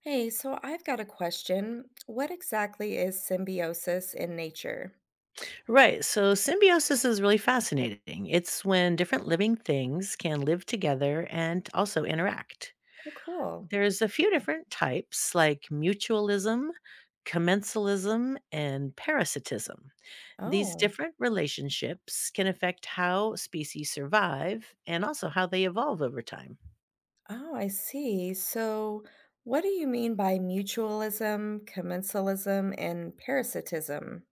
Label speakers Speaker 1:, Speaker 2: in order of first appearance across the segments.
Speaker 1: Hey, so I've got a question. What exactly is symbiosis in nature?
Speaker 2: Right. So symbiosis is really fascinating. It's when different living things can live together and also interact.
Speaker 1: Oh, cool.
Speaker 2: There's a few different types like mutualism, commensalism, and parasitism. These
Speaker 1: Oh,
Speaker 2: different relationships can affect how species survive and also how they evolve over time.
Speaker 1: oh, I see. So, what do you mean by mutualism, commensalism, and parasitism?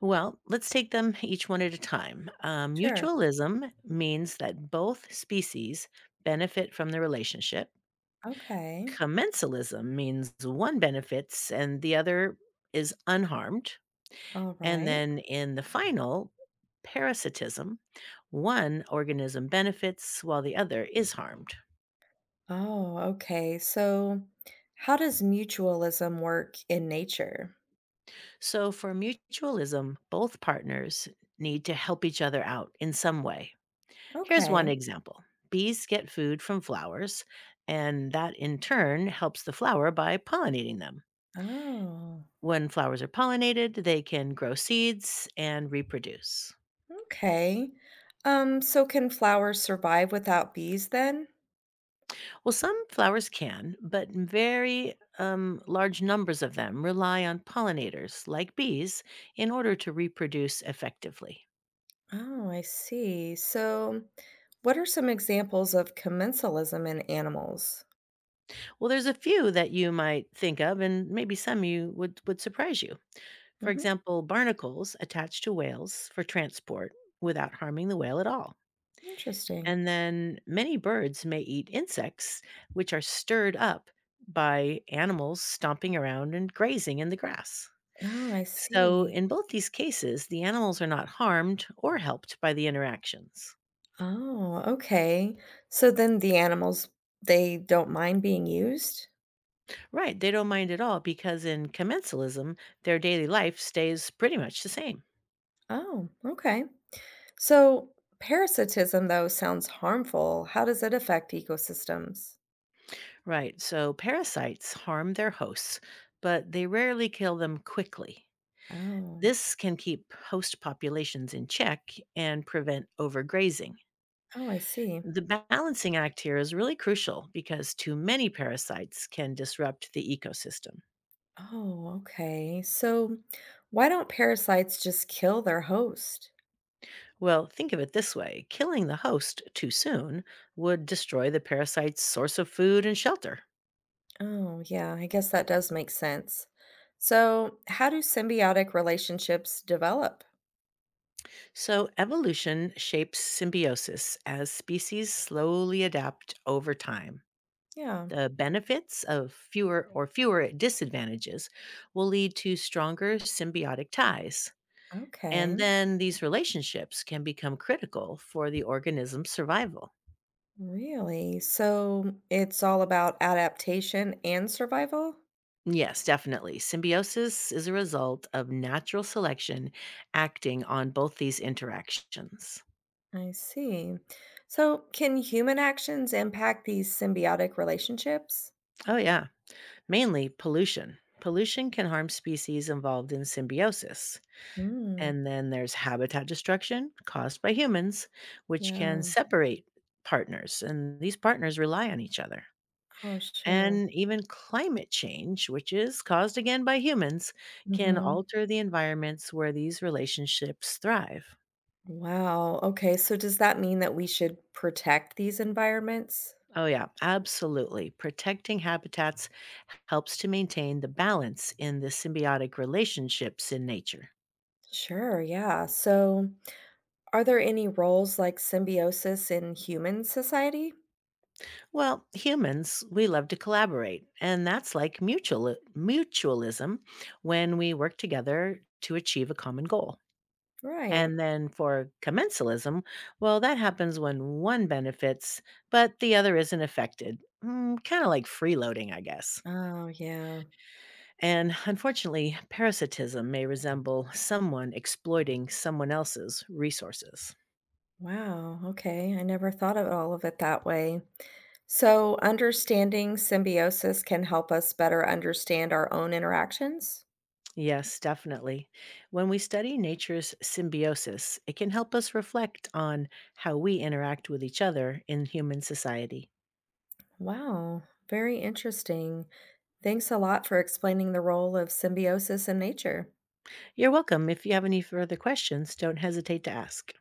Speaker 2: Well, let's take them each one at a time. Uh,
Speaker 1: Sure.
Speaker 2: mutualism means that both species benefit from the relationship.
Speaker 1: Okay.
Speaker 2: Commensalism means one benefits and the other is unharmed.
Speaker 1: All
Speaker 2: And
Speaker 1: right.
Speaker 2: then in the final, parasitism, one organism benefits while the other is harmed.
Speaker 1: Oh, okay. So, how does mutualism work in nature?
Speaker 2: So for mutualism, both partners need to help each other out in some way. Here's one
Speaker 1: Okay.
Speaker 2: example: bees get food from flowers, and that in turn helps the flower by pollinating them.
Speaker 1: Oh,
Speaker 2: When flowers are pollinated, they can grow seeds and reproduce.
Speaker 1: okay. So can flowers survive without bees then?
Speaker 2: Well, some flowers can, but very large numbers of them rely on pollinators, like bees, in order to reproduce effectively.
Speaker 1: Oh, I see. So, what are some examples of commensalism in animals?
Speaker 2: Well, there's a few that you might think of, and maybe some you would surprise you. For
Speaker 1: Hmm.
Speaker 2: example, barnacles attach to whales for transport without harming the whale at all.
Speaker 1: Interesting.
Speaker 2: And then many birds may eat insects, which are stirred up by animals stomping around and grazing in the grass.
Speaker 1: Oh, I
Speaker 2: So,
Speaker 1: see.
Speaker 2: in both these cases, the animals are not harmed or helped by the interactions.
Speaker 1: Oh, okay. So then the animals, they don't mind being used?
Speaker 2: Right, they don't mind at all because in commensalism, their daily life stays pretty much the same.
Speaker 1: Oh, okay. So, parasitism, though, sounds harmful. How does it affect ecosystems?
Speaker 2: Right, so parasites harm their hosts, but they rarely kill them quickly.
Speaker 1: Oh,
Speaker 2: This can keep host populations in check and prevent overgrazing.
Speaker 1: oh, I see.
Speaker 2: The balancing act here is really crucial because too many parasites can disrupt the ecosystem.
Speaker 1: Oh, okay. So, why don't parasites just kill their host?
Speaker 2: Well, think of it this way: killing the host too soon would destroy the parasite's source of food and shelter.
Speaker 1: Oh, yeah, I guess that does make sense. So, how do symbiotic relationships develop?
Speaker 2: So, evolution shapes symbiosis as species slowly adapt over time.
Speaker 1: Yeah,
Speaker 2: The benefits of fewer or fewer disadvantages will lead to stronger symbiotic ties. And
Speaker 1: okay.
Speaker 2: then these relationships can become critical for the organism's survival.
Speaker 1: Really? So, it's all about adaptation and survival?
Speaker 2: Yes, definitely. Symbiosis is a result of natural selection acting on both these interactions.
Speaker 1: I see. So, can human actions impact these symbiotic relationships?
Speaker 2: Oh, yeah. Mainly pollution. Pollution can harm species involved in symbiosis.
Speaker 1: Mm,
Speaker 2: And then there's habitat destruction caused by humans, which can
Speaker 1: yeah.
Speaker 2: separate partners. And these partners rely on each other.
Speaker 1: Oh, sure.
Speaker 2: And even climate change, which is caused again by humans, can
Speaker 1: Hmm.
Speaker 2: alter the environments where these relationships thrive.
Speaker 1: Wow. Okay. So, does that mean that we should protect these environments?
Speaker 2: Oh, yeah, absolutely. Protecting habitats helps to maintain the balance in the symbiotic relationships in nature.
Speaker 1: Sure. Yeah. So, are there any roles like symbiosis in human society?
Speaker 2: Well, humans, we love to collaborate, and that's like mutualism when we work together to achieve a common goal.
Speaker 1: Right.
Speaker 2: And then for commensalism, well, that happens when one benefits, but the other isn't affected. Mm, kind of like freeloading, I guess.
Speaker 1: Oh, yeah.
Speaker 2: And unfortunately, parasitism may resemble someone exploiting someone else's resources.
Speaker 1: Wow. Okay. I never thought of all of it that way. So, understanding symbiosis can help us better understand our own interactions.
Speaker 2: Yes, definitely. When we study nature's symbiosis, it can help us reflect on how we interact with each other in human society.
Speaker 1: Wow. Very interesting. Thanks a lot for explaining the role of symbiosis in nature.
Speaker 2: You're welcome. If you have any further questions, don't hesitate to ask.